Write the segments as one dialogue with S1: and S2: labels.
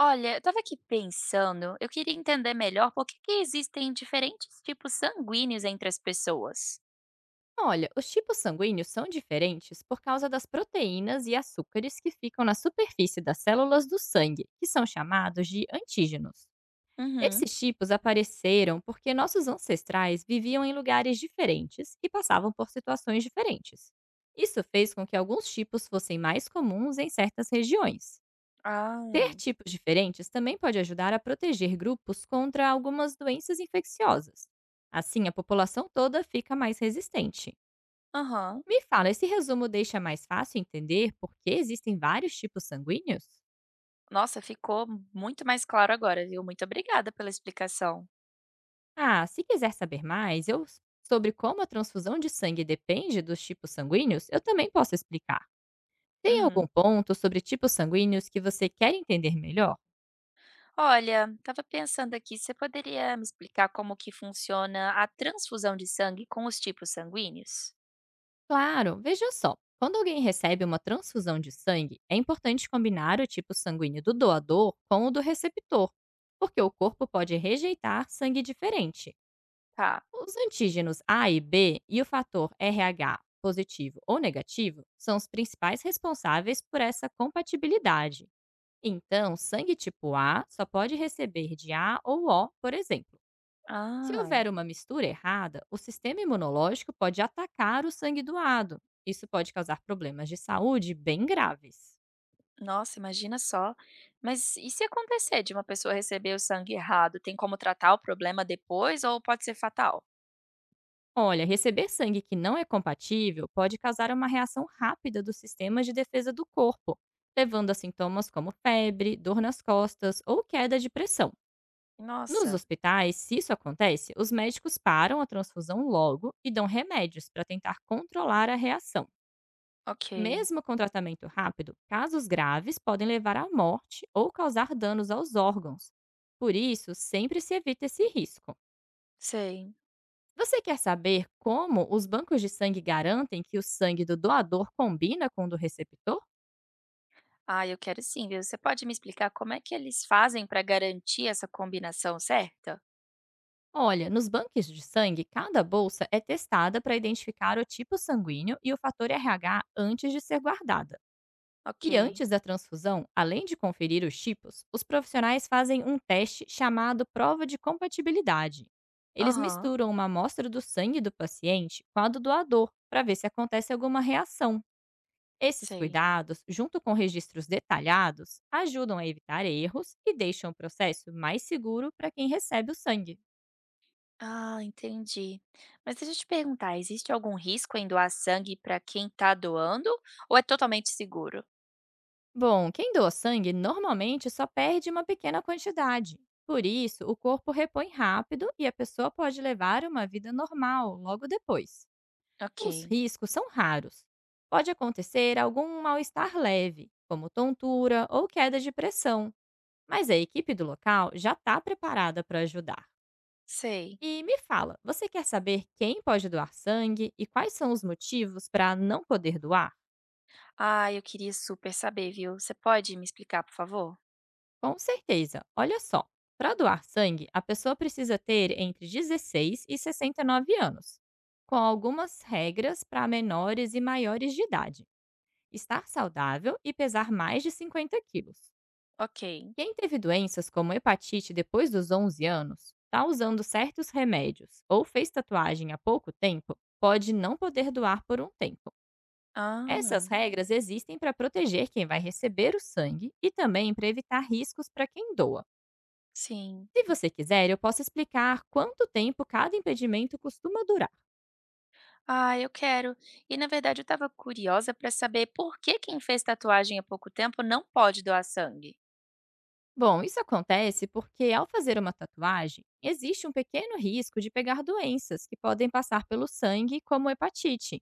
S1: Olha, eu estava aqui pensando, eu queria entender melhor por que que existem diferentes tipos sanguíneos entre as pessoas.
S2: Olha, os tipos sanguíneos são diferentes por causa das proteínas e açúcares que ficam na superfície das células do sangue, que são chamados de antígenos.
S1: Uhum.
S2: Esses tipos apareceram porque nossos ancestrais viviam em lugares diferentes e passavam por situações diferentes. Isso fez com que alguns tipos fossem mais comuns em certas regiões. Ter
S1: Ah.
S2: tipos diferentes também pode ajudar a proteger grupos contra algumas doenças infecciosas. Assim, a população toda fica mais resistente.
S1: Aham.
S2: Me fala, esse resumo deixa mais fácil entender por que existem vários tipos sanguíneos?
S1: Nossa, ficou muito mais claro agora, viu? Muito obrigada pela explicação.
S2: Ah, se quiser saber mais eu sobre como a transfusão de sangue depende dos tipos sanguíneos, eu também posso explicar. Tem
S1: Uhum.
S2: algum ponto sobre tipos sanguíneos que você quer entender melhor?
S1: Olha, estava pensando aqui, você poderia me explicar como que funciona a transfusão de sangue com os tipos sanguíneos?
S2: Claro, veja só. Quando alguém recebe uma transfusão de sangue, é importante combinar o tipo sanguíneo do doador com o do receptor, porque o corpo pode rejeitar sangue diferente.
S1: Tá.
S2: Os antígenos A e B e o fator RH positivo ou negativo são os principais responsáveis por essa compatibilidade. Então, sangue tipo A só pode receber de A ou O, por exemplo. Se
S1: Ah.
S2: houver uma mistura errada, o sistema imunológico pode atacar o sangue doado. Isso pode causar problemas de saúde bem graves.
S1: Nossa, imagina só. Mas e se acontecer de uma pessoa receber o sangue errado, tem como tratar o problema depois ou pode ser fatal?
S2: Olha, receber sangue que não é compatível pode causar uma reação rápida dos sistemas de defesa do corpo, levando a sintomas como febre, dor nas costas ou queda de pressão. Nos
S1: Nossa,
S2: hospitais, se isso acontece, os médicos param a transfusão logo e dão remédios para tentar controlar a reação.
S1: ok,
S2: Mesmo com tratamento rápido, casos graves podem levar à morte ou causar danos aos órgãos. Por isso, sempre se evita esse risco.
S1: sei.
S2: Você quer saber como os bancos de sangue garantem que o sangue do doador combina com o do receptor?
S1: Ah, eu quero sim, viu? Você pode me explicar como é que eles fazem para garantir essa combinação certa?
S2: Olha, nos bancos de sangue, cada bolsa é testada para identificar o tipo sanguíneo e o fator RH antes de ser guardada.
S1: Ok,
S2: E antes da transfusão, além de conferir os tipos, os profissionais fazem um teste chamado prova de compatibilidade. Eles
S1: aham,
S2: misturam uma amostra do sangue do paciente com a do doador para ver se acontece alguma reação. Esses
S1: sei.
S2: cuidados, junto com registros detalhados, ajudam a evitar erros e deixam o processo mais seguro para quem recebe o sangue.
S1: Ah, entendi. Mas deixa eu te perguntar, existe algum risco em doar sangue para quem tá doando ou é totalmente seguro?
S2: Bom, quem doa sangue normalmente só perde uma pequena quantidade. Por isso, o corpo repõe rápido e a pessoa pode levar uma vida normal logo depois.
S1: Ok,
S2: Os riscos são raros. Pode acontecer algum mal-estar leve, como tontura ou queda de pressão, mas a equipe do local já está preparada para ajudar.
S1: sei.
S2: E me fala, você quer saber quem pode doar sangue e quais são os motivos para não poder doar?
S1: Ah, eu queria super saber, viu? Você pode me explicar, por favor?
S2: Com certeza. Olha só, para doar sangue, a pessoa precisa ter entre 16 e 69 anos, com algumas regras para menores e maiores de idade, estar saudável e pesar mais de 50 quilos.
S1: Ok.
S2: Quem teve doenças como hepatite depois dos 11 anos, está usando certos remédios ou fez tatuagem há pouco tempo, pode não poder doar por um tempo.
S1: Ah,
S2: Essas regras existem para proteger quem vai receber o sangue e também para evitar riscos para quem doa.
S1: sim.
S2: Se você quiser, eu posso explicar quanto tempo cada impedimento costuma durar.
S1: Ah, eu quero. E na verdade eu estava curiosa para saber por que quem fez tatuagem há pouco tempo não pode doar sangue.
S2: Bom, isso acontece porque ao fazer uma tatuagem, existe um pequeno risco de pegar doenças que podem passar pelo sangue, como hepatite.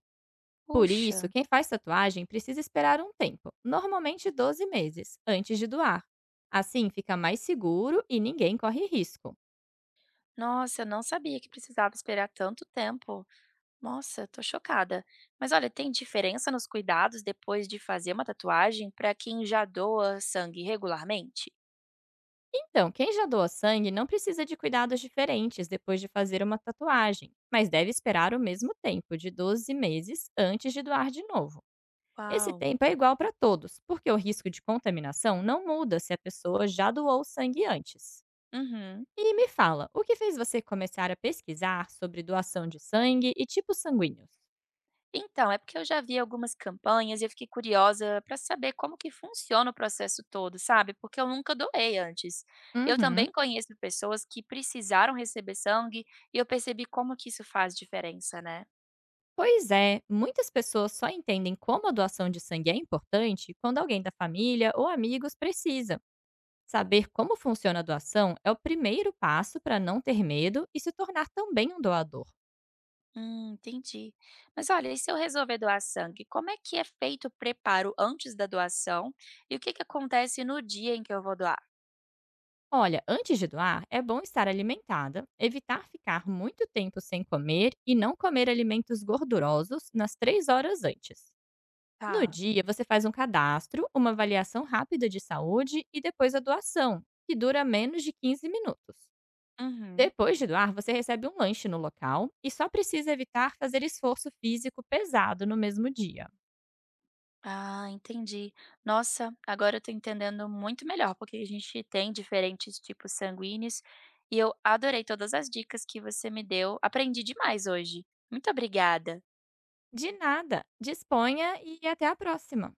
S2: Por
S1: Puxa,
S2: isso, quem faz tatuagem precisa esperar um tempo, normalmente 12 meses, antes de doar. Assim fica mais seguro e ninguém corre risco.
S1: nossa, eu não sabia que precisava esperar tanto tempo. Nossa, tô chocada. Mas olha, tem diferença nos cuidados depois de fazer uma tatuagem para quem já doa sangue regularmente?
S2: Então, quem já doa sangue não precisa de cuidados diferentes depois de fazer uma tatuagem, mas deve esperar o mesmo tempo, de 12 meses, antes de doar de novo. Esse
S1: Uau.
S2: tempo é igual para todos, porque o risco de contaminação não muda se a pessoa já doou sangue antes.
S1: Uhum.
S2: E me fala, o que fez você começar a pesquisar sobre doação de sangue e tipos sanguíneos?
S1: Então, é porque eu já vi algumas campanhas e eu fiquei curiosa para saber como que funciona o processo todo, sabe? Porque eu nunca doei antes. Eu
S2: Uhum.
S1: também conheço pessoas que precisaram receber sangue e eu percebi como que isso faz diferença, né?
S2: Pois é, muitas pessoas só entendem como a doação de sangue é importante quando alguém da família ou amigos precisa. Saber como funciona a doação é o primeiro passo para não ter medo e se tornar também um doador.
S1: Entendi. Mas olha, e se eu resolver doar sangue, como é que é feito o preparo antes da doação e o que que acontece no dia em que eu vou doar?
S2: Olha, antes de doar, é bom estar alimentada, evitar ficar muito tempo sem comer e não comer alimentos gordurosos nas 3 horas antes. No
S1: Tá.
S2: dia, você faz um cadastro, uma avaliação rápida de saúde e depois a doação, que dura menos de 15 minutos.
S1: Uhum.
S2: Depois de doar, você recebe um lanche no local e só precisa evitar fazer esforço físico pesado no mesmo dia.
S1: Ah, entendi. Nossa, agora eu tô entendendo muito melhor, porque a gente tem diferentes tipos sanguíneos e eu adorei todas as dicas que você me deu. Aprendi demais hoje. Muito obrigada.
S2: De nada. Disponha e até a próxima.